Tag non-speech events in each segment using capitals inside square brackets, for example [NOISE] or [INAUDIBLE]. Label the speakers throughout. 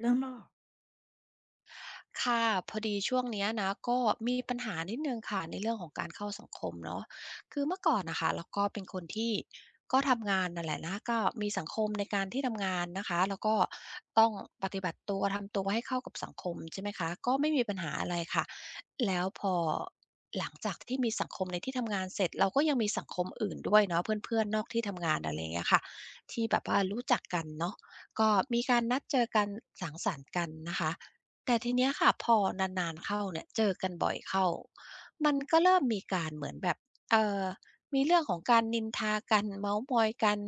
Speaker 1: เริ่มแล้วเหรอ
Speaker 2: ค่ะพอดีช่วงเนี้ยนะก็มีปัญหานิดหนึ่งค่ะในเรื่องของการเข้าสังคมเนาะคือเมื่อก่อนนะคะเราก็เป็นคนที่ก็ทำงานนั่นแหละนะก็มีสังคมในการที่ทำงานนะคะแล้วก็ต้องปฏิบัติตัวทำตัวให้เข้ากับสังคมใช่ไหมคะก็ไม่มีปัญหาอะไรค่ะแล้วพอหลังจากที่มีสังคมในที่ทำงานเสร็จเราก็ยังมีสังคมอื่นด้วยเนาะเพื่อนๆนอกที่ทำงานอะไรอย่างเงี้ยค่ะที่แบบว่ารู้จักกันเนาะก็มีการนัดเจอกันสังสรรค์กันนะคะ แต่ทีเนี้ยค่ะพอนานๆเข้าเนี่ยเจอกันบ่อยเข้า มันก็เริ่มมีการเหมือนแบบเอ่อมีเรื่องของการนินทากันเม้าท์มอยกัน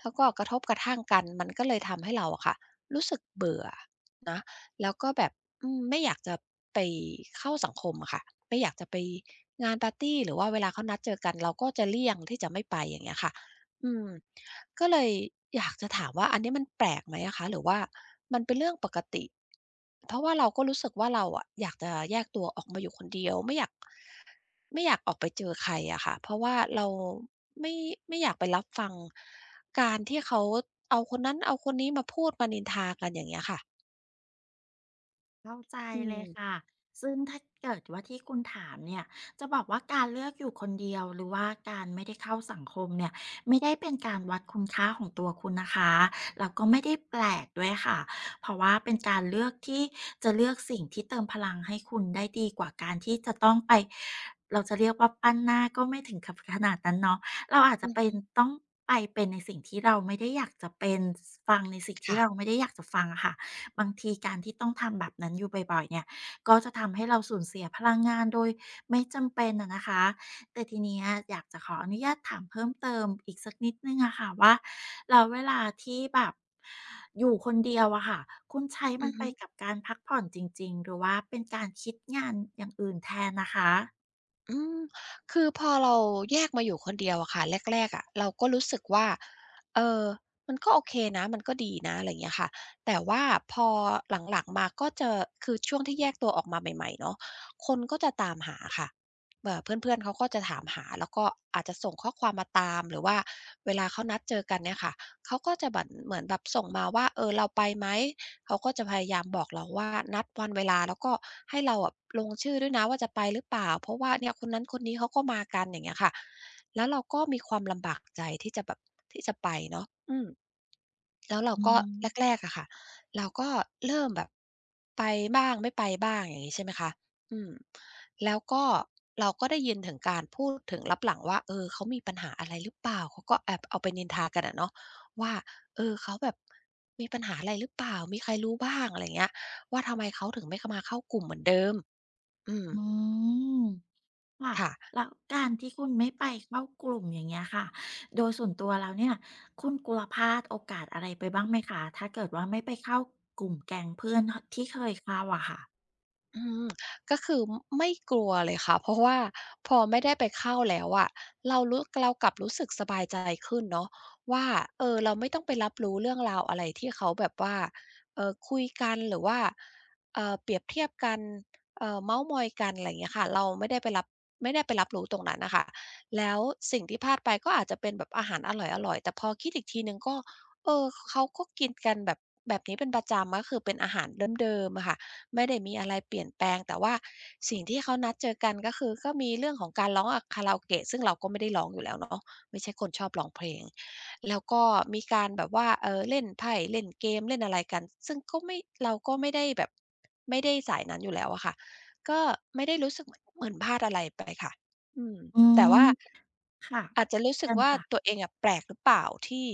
Speaker 2: แล้วก็กระทบกระทั่งกันมันก็เลยทำให้เราอะค่ะรู้สึกเบื่อนะแล้วก็แบบไม่อยากจะไปเข้าสังคมอะค่ะไม่อยากจะไปงานปาร์ตีหรือว่าเวลาเขานัดเจอกันเราก็จะเลี่ยงที่จะไม่ไปอย่างเงี้ยค่ะ อืมก็เลยอยากจะถามว่าอันนี้มันแปลกไหมอะคะหรือว่ามันเป็นเรื่องปกติเพราะว่าเราก็รู้สึกว่าเราอะอยากจะแยกตัวออกมาอยู่คนเดียวไม่อยากไม่อยากออกไปเจอใครอะค่ะเพราะว่าเราไม่ไม่อยากไปรับฟังการที่เขาเอาคนนั้นเอาคนนี้มาพูดมานินทากันอย่างเงี้ยค่ะ
Speaker 1: เข้าใจ
Speaker 2: อื
Speaker 1: เลย
Speaker 2: ม
Speaker 1: ค่ะซึ่งถ้าเกิดว่าที่คุณถามเนี่ยจะบอกว่าการเลือกอยู่คนเดียวหรือว่าการไม่ได้เข้าสังคมเนี่ยไม่ได้เป็นการวัดคุณค่าของตัวคุณนะคะแล้วก็ไม่ได้แปลกด้วยค่ะเพราะว่าเป็นการเลือกที่จะเลือกสิ่งที่เติมพลังให้คุณได้ดีกว่าการที่จะต้องไปเราจะเรียกว่าปั้นหน้าก็ไม่ถึงกับขนาดนั้นเนาะเราอาจจะ
Speaker 2: อือ
Speaker 1: เป็
Speaker 2: ฮึ
Speaker 1: นต้องไปเป็นในสิ่งที่เราไม่ได้อยากจะเป็นฟังในสิ่งที่
Speaker 2: ค่ะ
Speaker 1: เราไม่ได้อยากจะฟังอะค่ะ บางทีการที่ต้องทำแบบนั้นอยู่บ่อยๆเนี่ยก็จะทำให้เราสูญเสียพลังงานโดยไม่จำเป็นอะนะคะแต่ทีเนี้ยอยากจะขออนุญาตถามเพิ่มเติมอีกสักนิดหนึ่งอะค่ะว่าแล้วเวลาที่แบบอยู่คนเดียวอะค่ะคุณใช้มั
Speaker 2: อื
Speaker 1: น
Speaker 2: อ
Speaker 1: ไป
Speaker 2: ฮึ
Speaker 1: กับการพักผ่อนจริงๆหรือว่าเป็นการคิดงานอย่างอื่นแทนนะคะ
Speaker 2: อืมคือพอเราแยกมาอยู่คนเดียวอะค่ะแรกๆอะเราก็รู้สึกว่าเออมันก็โอเคนะมันก็ดีนะอะไรอย่างเงี้ยค่ะแต่ว่าพอหลังๆมาก็จะคือช่วงที่แยกตัวออกมาใหม่ๆเนาะคนก็จะตามหาค่ะเพื่อนๆเขาก็จะถามหาแล้วก็อาจจะส่งข้อความมาตามหรือว่าเวลาเขานัดเจอกันเนี่ยค่ะเขาก็จะเหมือนแบบส่งมาว่าเออเราไปไหม เขาก็จะพยายามบอกเราว่านัดวันเวลาแล้วก็ให้เราอะลงชื่อด้วยนะว่าจะไปหรือเปล่าเพราะว่าเนี่ยคนนั้นคนนี้เขาก็มากันอย่างเงี้ยค่ะแล้วเราก็มีความลำบากใจที่จะแบบที่จะไปเนาะอืม แล้วเรา
Speaker 1: อื
Speaker 2: ก็แร
Speaker 1: ม
Speaker 2: กๆอะค่ะเราก็เริ่มแบบไปบ้างไม่ไปบ้างอย่างนี้ใช่ไหมคะอืมแล้วก็เราก็ได้ยินถึงการพูดถึงลับหลังว่าเออเขามีปัญหาอะไรหรือเปล่าเขาก็แอบเอาไปนินทากันอะเนาะว่าเออเขาแบบมีปัญหาอะไรหรือเปล่ามีใครรู้บ้างอะไรเงี้ยว่าทำไมเขาถึงไม่เข้ามาเข้ากลุ่มเหมือนเดิมอืม
Speaker 1: อืม ค่ะ
Speaker 2: ค่ะ
Speaker 1: แล้วการที่คุณไม่ไปเข้ากลุ่มอย่างเงี้ยค่ะโดยส่วนตัวแล้วเนี่ยคุณกลัวพลาดโอกาสอะไรไปบ้างไหมคะถ้าเกิดว่าไม่ไปเข้ากลุ่มแก๊งเพื่อนทที่เคยเข้าอะค่ะ
Speaker 2: อืมก็คือไม่กลัวเลยค่ะเพราะว่าพอไม่ได้ไปเข้าแล้วอะเรากลับรู้สึกสบายใจขึ้นเนาะว่าเออเราไม่ต้องไปรับรู้เรื่องราวอะไรที่เขาแบบว่าคุยกันหรือว่าเปรียบเทียบกันเม้าท์มอยกันอะไรอย่างเงี้ยค่ะเราไม่ได้ไปรับไม่ได้ไปรับรู้ตรงนั้นน่ะค่ะแล้วสิ่งที่พลาดไปก็อาจจะเป็นแบบอาหารอร่อยๆแต่พอคิดอีกทีหนึ่งก็เออเขาก็กินกันแบบแบบนี้เป็นประจำก็คือเป็นอาหารเดิมๆอะค่ะ ไม่ได้มีอะไรเปลี่ยนแปลงแต่ว่าสิ่งที่เขานัดเจอกันก็คือก็มีเรื่องของการร้องอะคาราโอเกะซึ่งเราก็ไม่ได้ร้องอยู่แล้วเนาะไม่ใช่คนชอบร้องเพลงแล้วก็มีการแบบว่าเล่นไพ่เล่นเกมเล่นอะไรกันซึ่งก็ไม่เราก็ไม่ได้แบบไม่ได้สายนั้นอยู่แล้วอะค่ะก็ไม่ได้รู้สึกเหมือนพลาดอะไรไปค่ะอืม
Speaker 1: อื
Speaker 2: แต่
Speaker 1: ม
Speaker 2: ว่า
Speaker 1: ค่ะ
Speaker 2: อาจจะรู้สึ
Speaker 1: เชิ
Speaker 2: ก
Speaker 1: ญ
Speaker 2: ว่า
Speaker 1: ค่ะ
Speaker 2: ตัวเองอะแปลกหรือเปล่าที่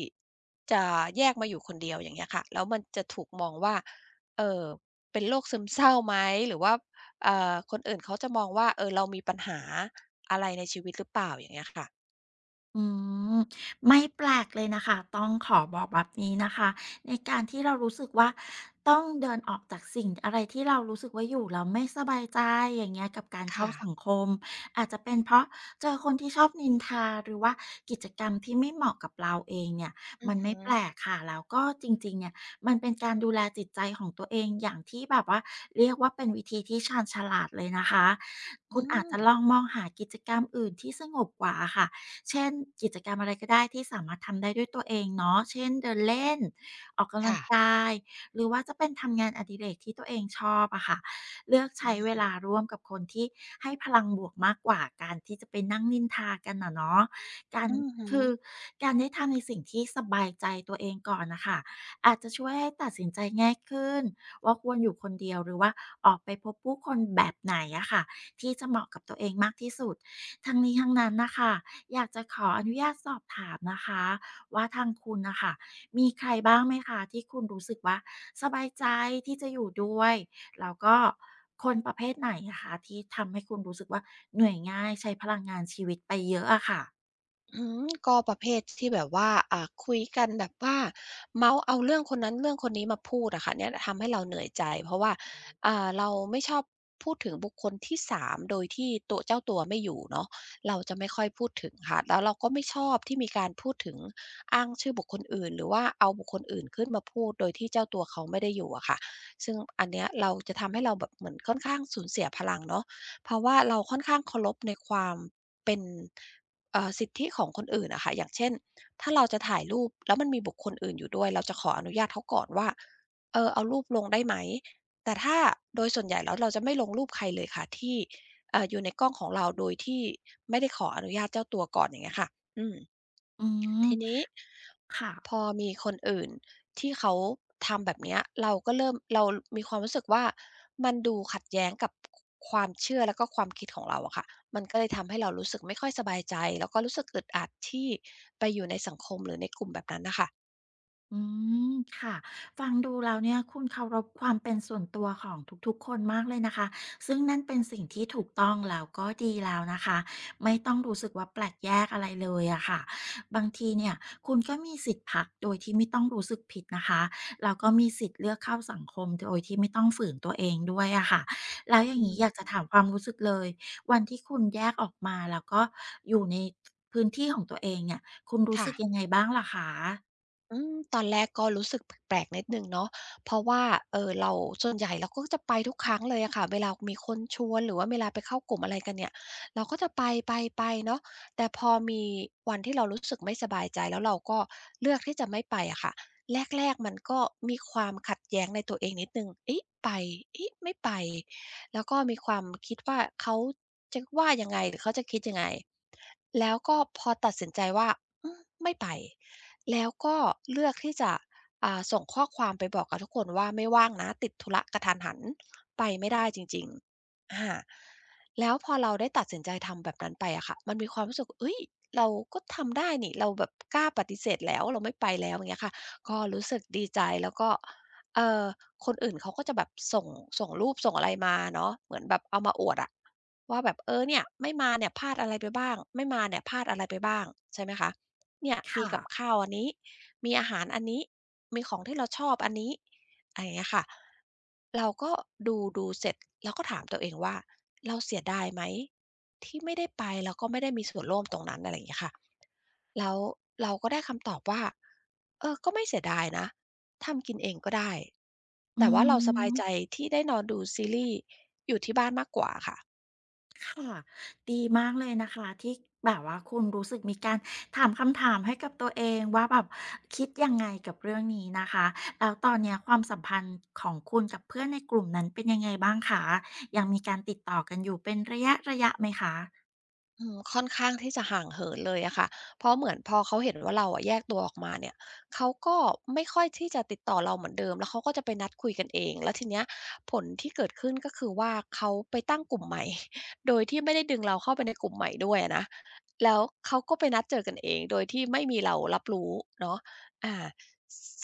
Speaker 2: จะแยกมาอยู่คนเดียวอย่างเงี้ยค่ะแล้วมันจะถูกมองว่าเอ่อ เป็นโรคซึมเศร้าไหมหรือว่าคนอื่นเขาจะมองว่าเออเรามีปัญหาอะไรในชีวิตหรือเปล่าอย่างเงี้ยค่ะ
Speaker 1: อืมไม่แปลกเลยนะคะต้องขอบอกแบบนี้นะคะในการที่เรารู้สึกว่าต้องเดินออกจากสิ่งอะไรที่เรารู้สึกว่าอยู่แล้วไม่สบายใจอย่างเงี้ยกับการเข้า
Speaker 2: ค่ะ
Speaker 1: สังคมอาจจะเป็นเพราะเจอคนที่ชอบนินทาหรือว่ากิจกรรมที่ไม่เหมาะกับเราเองเนี่ย
Speaker 2: อื
Speaker 1: มั
Speaker 2: อ
Speaker 1: นไม่
Speaker 2: ฮึ
Speaker 1: แปลกค่ะแล้วก็จริงๆเนี่ยมันเป็นการดูแลจิตใจของตัวเองอย่างที่แบบว่าเรียกว่าเป็นวิธีที่ชาญฉลาดเลยนะคะคุ
Speaker 2: อื
Speaker 1: ณอาจ
Speaker 2: ม
Speaker 1: จะลองมองหากิจกรรมอื่นที่สงบกว่าค่ะ เช่นกิจกรรมอะไรก็ได้ที่สามารถทำได้ด้วยตัวเองเนาะเช่นเดินเล่นออกกำลัง
Speaker 2: ค่ะ
Speaker 1: กายหรือว่าจะเป็นทำงานอดิเรกที่ตัวเองชอบอะค่ะเลือกใช้เว
Speaker 2: อือ
Speaker 1: ลาร่วมกับคนที่ให้พลังบวกมากกว่าการที่จะไปนั่งนินทากันอะเนาะการ
Speaker 2: อือฮึ
Speaker 1: คือการได้ทำในสิ่งที่สบายใจตัวเองก่อนน่ะค่ะอาจจะช่วยให้ตัดสินใจง่ายขึ้นว่าควรอยู่คนเดียวหรือว่าออกไปพบผู้คนแบบไหนอะค่ะที่จะเหมาะกับตัวเองมากที่สุดทั้งนี้ทั้งนั้นน่ะค่ะ อยากจะขออนุญาตสอบถามนะคะว่าทางคุณน่ะค่ะมีใครบ้างไหมคะที่คุณรู้สึกว่าสบายใจที่จะอยู่ด้วยแล้วก็คนประเภทไหนอะคะที่ทำให้คุณรู้สึกว่าเหนื่อยง่ายใช้พลังงานชีวิตไปเยอะอะค่ะ
Speaker 2: อืมก็ประเภทที่แบบว่าคุยกันแบบว่าเมาท์เอาเรื่องคนนั้นเรื่องคนนี้มาพูดอะค่ะเนี่ยทำให้เราเหนื่อยใจเพราะว่าเราไม่ชอบพูดถึงบุคคลที่สามโดยที่ตัวเจ้าตัวไม่อยู่เนาะเราจะไม่ค่อยพูดถึงค่ะแล้วเราก็ไม่ชอบที่มีการพูดถึงอ้างชื่อบุคคลอื่นหรือว่าเอาบุคคลอื่นขึ้นมาพูดโดยที่เจ้าตัวเขาไม่ได้อยู่อะค่ะซึ่งอันเนี้ยเราจะทำให้เราแบบเหมือนค่อนข้างสูญเสียพลังเนาะเพราะว่าเราค่อนข้างเคารพในความเป็น สิทธิของคนอื่นอะค่ะอย่างเช่น ถ้าเราจะถ่ายรูปแล้วมันมีบุคคลอื่นอยู่ด้วย เราจะขออนุญาตเขาก่อนว่าเออเอารูปลงได้ไหม แต่ถ้าโดยส่วนใหญ่แล้วเราจะไม่ลงรูปใครเลยค่ะที่อยู่ในกล้องของเราโดยที่ไม่ได้ขออนุญาตเจ้าตัวก่อนอย่างเงี้ยค่ะอืม
Speaker 1: อืม
Speaker 2: ทีนี้
Speaker 1: ค่ะ
Speaker 2: พอมีคนอื่นที่เขาทำแบบเนี้ยเราก็เริ่มเรามีความรู้สึกว่ามันดูขัดแย้งกับความเชื่อแล้วก็ความคิดของเราอะค่ะมันก็เลยทำให้เรารู้สึกไม่ค่อยสบายใจแล้วก็รู้สึกอึดอัดที่ไปอยู่ในสังคมหรือในกลุ่มแบบนั้นน่ะค่ะ
Speaker 1: อืมค่ะฟังดูแล้วเนี่ยคุณเคารพความเป็นส่วนตัวของทุกๆคนมากเลยนะคะซึ่งนั่นเป็นสิ่งที่ถูกต้องแล้วก็ดีแล้วนะคะไม่ต้องรู้สึกว่าแปลกแยกอะไรเลยอะค่ะบางทีเนี่ยคุณก็มีสิทธิ์พักโดยที่ไม่ต้องรู้สึกผิดนะคะแล้วก็มีสิทธิ์เลือกเข้าสังคมโดยที่ไม่ต้องฝืนตัวเองด้วยอะค่ะแล้วอย่า
Speaker 2: อื
Speaker 1: งนี้อยากจะ
Speaker 2: ม
Speaker 1: ถามความรู้สึกเลยวันที่คุณแยกออกมาแล้วก็อยู่ในพื้นที่ของตัวเองเนี่ยคุณรู้
Speaker 2: ค่ะ
Speaker 1: สึกยังไงบ้างล่ะคะ
Speaker 2: อืมตอนแรกก็รู้สึกแปลกๆนิดหนึ่งเนาะเพราะว่าเราส่วนใหญ่เราก็จะไปทุกครั้งเลยอะค่ะเวลามีคนชวนหรือว่าเวลาไปเข้ากลุ่มอะไรกันเนี่ยเราก็จะไปๆๆเนาะแต่พอมีวันที่เรารู้สึกไม่สบายใจแล้วเราก็เลือกที่จะไม่ไปอะค่ะแรกๆมันก็มีความขัดแย้งในตัวเองนิดหนึ่งเอ๊ะไปเอ๊ะไม่ไปแล้วก็มีความคิดว่าเขาจะว่ายังไงหรือเขาจะคิดยังไงแล้วก็พอตัดสินใจว่าอืมไม่ไป แล้วก็เลือกที่จะส่งข้อความไปบอกกับทุกคนว่าไม่ว่างนะติดธุระกระทันหันไปไม่ได้จริงๆอาแล้วพอเราได้ตัดสินใจทำแบบนั้นไปอะค่ะมันมีความรู้สึกเฮ้ยเราก็ทำได้นี่เราแบบกล้าปฏิเสธแล้วเราไม่ไปแล้วอย่างเงี้ยค่ะก็รู้สึกดีใจแล้วก็เออคนอื่นเขาก็จะแบบส่งรูปส่งอะไรมาเนาะเหมือนแบบเอามาอวดอะว่าแบบเออเนี่ยไม่มาเนี่ยพลาดอะไรไปบ้างไม่มาเนี่ยพลาดอะไรไปบ้างใช่ไหมคะ เนี่ยมี
Speaker 1: ค่ะ
Speaker 2: กับข้าวอันนี้มีอาหารอันนี้มีของที่เราชอบอันนี้อะไรอย่างเงี้ยค่ะเราก็ดูเสร็จเราก็ถามตัวเองว่าเราเสียดายไหมที่ไม่ได้ไปแล้วก็ไม่ได้มีส่วนร่วมตรงนั้นอะไรอย่างเงี้ยค่ะแล้วเราก็ได้คำตอบว่าเออก็ไม่เสียดายนะทำกินเองก็ได้
Speaker 1: อื
Speaker 2: แต่ว่าเราสบายใจ
Speaker 1: ม
Speaker 2: ที่ได้นอนดูซีรีส์อยู่ที่บ้านมากกว่าค่ะ
Speaker 1: ค่ะ ดีมากเลยนะคะที่แบบว่าคุณรู้สึกมีการถามคำถามให้กับตัวเองว่าแบบคิดยังไงกับเรื่องนี้นะคะแล้วตอนเนี้ยความสัมพันธ์ของคุณกับเพื่อนในกลุ่มนั้นเป็นยังไงบ้างคะยังมีการติดต่อกันอยู่เป็นระยะระยะไหมคะ
Speaker 2: อืมค่อนข้างที่จะห่างเหินเลยอะค่ะเพราะเหมือนพอเขาเห็นว่าเราอะแยกตัวออกมาเนี่ยเขาก็ไม่ค่อยที่จะติดต่อเราเหมือนเดิมแล้วเขาก็จะไปนัดคุยกันเองแล้วทีเนี้ยผลที่เกิดขึ้นก็คือว่าเขาไปตั้งกลุ่มใหม่ [LAUGHS] โดยที่ไม่ได้ดึงเราเข้าไปในกลุ่มใหม่ด้วยอะนะแล้วเขาก็ไปนัดเจอกันเองโดยที่ไม่มีเรารับรู้เนาะอ่า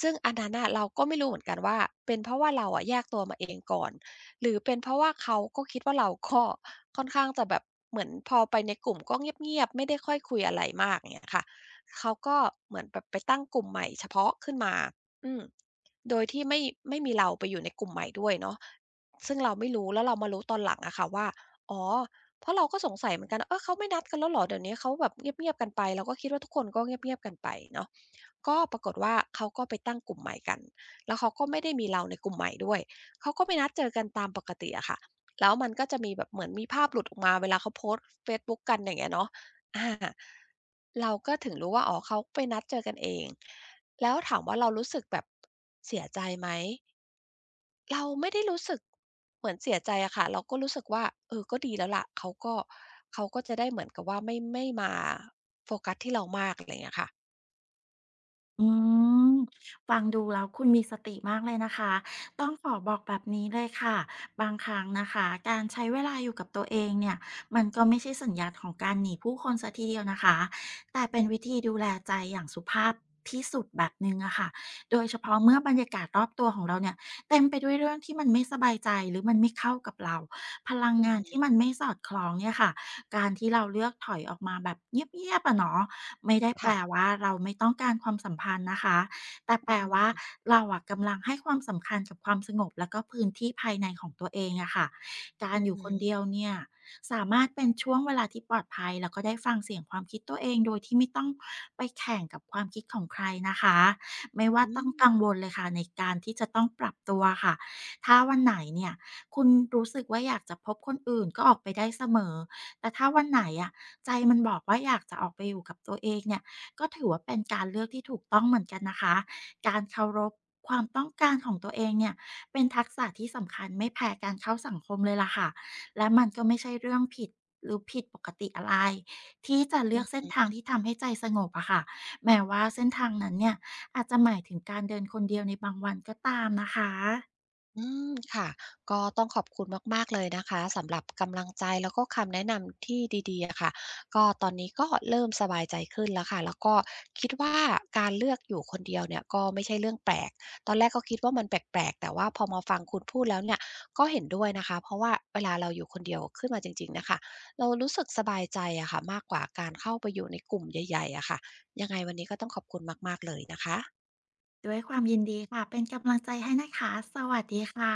Speaker 2: ซึ่งอันนั้นน่ะเราก็ไม่รู้เหมือนกันว่าเป็นเพราะว่าเราอะแยกตัวมาเองก่อน หรือเป็นเพราะว่าเขาก็คิดว่าเราก็ค่อนข้างจะแบบเหมือนพอไปในกลุ่มก็เงียบๆไม่ได้ค่อยคุยอะไรมากเงี้ยค่ะเขาก็เหมือนแบบไปตั้งกลุ่มใหม่เฉพาะขึ้นมาอืมโดยที่ไม่มีเราไปอยู่ในกลุ่มใหม่ด้วยเนาะซึ่งเราไม่รู้แล้วเรามารู้ตอนหลังอะค่ะว่าอ๋อเพราะเราก็สงสัยเหมือนกันเออเขาไม่นัดกันแล้วเหรอเดี๋ยวนี้เขาแบบเงียบๆกันไปเราก็คิดว่าทุกคนก็เงียบๆกันไปเนาะก็ปรากฏว่าเขาก็ไปตั้งกลุ่มใหม่กันแล้วเขาก็ไม่ได้มีเราในกลุ่มใหม่ด้วย เขาก็ไปนัดเจอกันตามปกติอะค่ะแล้วมันก็จะมีแบบเหมือนมีภาพหลุดออกมาเวลาเขาโพสต์เฟซบุ๊กกันอย่างเงี้ยเนาะอาเราก็ถึงรู้ว่าอ๋อเขาไปนัดเจอกันเอง แล้วถามว่าเรารู้สึกแบบเสียใจไหมเราไม่ได้รู้สึกเหมือนเสียใจอะค่ะเราก็รู้สึกว่าเออก็ดีแล้วล่ะเขาก็จะได้เหมือนกับว่าไม่มาโฟกัสที่เรามากอะไรอย่างเงี้ยค่ะ
Speaker 1: อืมฟังดูแล้วคุณมีสติมากเลยนะคะต้องขอบอกแบบนี้เลยค่ะบางครั้งนะคะการใช้เวลาอยู่กับตัวเองเนี่ยมันก็ไม่ใช่สัญญาณของการหนีผู้คนซะทีเดียวนะคะแต่เป็นวิธีดูแลใจอย่างสุภาพที่สุดแบบนึงอะค่ะโดยเฉ
Speaker 2: อื
Speaker 1: พาะเมื่อ
Speaker 2: ม
Speaker 1: บรรยากาศรอบตัวของเราเนี่ยเต็มไปด้วยเรื่องที่มันไม่สบายใจหรือมันไม่เข้ากับเราพลัง
Speaker 2: อือ
Speaker 1: งาน
Speaker 2: ฮึ
Speaker 1: ที่มันไม่สอดคล้องเนี่ยค่ะการที่เราเลือกถอยออกมาแบบเงียบๆอะเนาะ ไม่ได้แปล
Speaker 2: ค่ะ
Speaker 1: ว่าเราไม่ต้องการความสัมพันธ์นะคะแต่แป
Speaker 2: อื
Speaker 1: ลว่า
Speaker 2: ม
Speaker 1: เราอะกำลังให้ความสำคัญกับความสงบแล้วก็พื้นที่ภายในของตัวเองอะค่ะการ
Speaker 2: อือ
Speaker 1: อยู่
Speaker 2: ฮึ
Speaker 1: คนเดียวเนี่ยสามารถเป็นช่วงเวลาที่ปลอดภัยแล้วก็ได้ฟังเสียงความคิดตัวเองโดยที่ไม่ต้องไปแข่งกับความคิดของใครนะคะไม่ว่า
Speaker 2: อื
Speaker 1: ต้อง
Speaker 2: ม
Speaker 1: กังวลเลยค่ะในการที่จะต้องปรับตัวค่ะถ้าวันไหนเนี่ยคุณรู้สึกว่าอยากจะพบคนอื่นก็ออกไปได้เสมอแต่ถ้าวันไหนอะ ใจมันบอกว่าอยากจะออกไปอยู่กับตัวเองเนี่ยก็ถือว่าเป็นการเลือกที่ถูกต้องเหมือนกันนะคะการเคารพความต้องการของตัวเองเนี่ยเป็นทักษะที่สำคัญไม่แพ้การเข้าสังคมเลยล่ะค่ะและมันก็ไม่ใช่เรื่องผิดหรือผิดปกติอะไรที่จะเลือกเส้นทางที่ทำให้ใจสงบอะค่ะแม้ว่าเส้นทางนั้นเนี่ยอาจจะหมายถึงการเดินคนเดียวในบางวันก็ตามนะคะ
Speaker 2: อืมค่ะก็ต้องขอบคุณมากๆเลยนะคะสำหรับกำลังใจแล้วก็คำแนะนำที่ดีๆอะค่ะก็ตอนนี้ก็เริ่มสบายใจขึ้นแล้วค่ะแล้วก็คิดว่าการเลือกอยู่คนเดียวเนี่ยก็ไม่ใช่เรื่องแปลกตอนแรกก็คิดว่ามันแปลกๆแต่ว่าพอมาฟังคุณพูดแล้วเนี่ยก็เห็นด้วยนะคะเพราะว่าเวลาเราอยู่คนเดียวขึ้นมาจริงๆเนี่ยค่ะเรารู้สึกสบายใจอะค่ะมากกว่าการเข้าไปอยู่ในกลุ่มใหญ่ๆอะค่ะยังไงวันนี้ก็ต้องขอบคุณมากๆเลยนะคะ
Speaker 1: ด้วยความยินดีค่ะเป็นกำลังใจให้นะคะสวัสดีค่ะ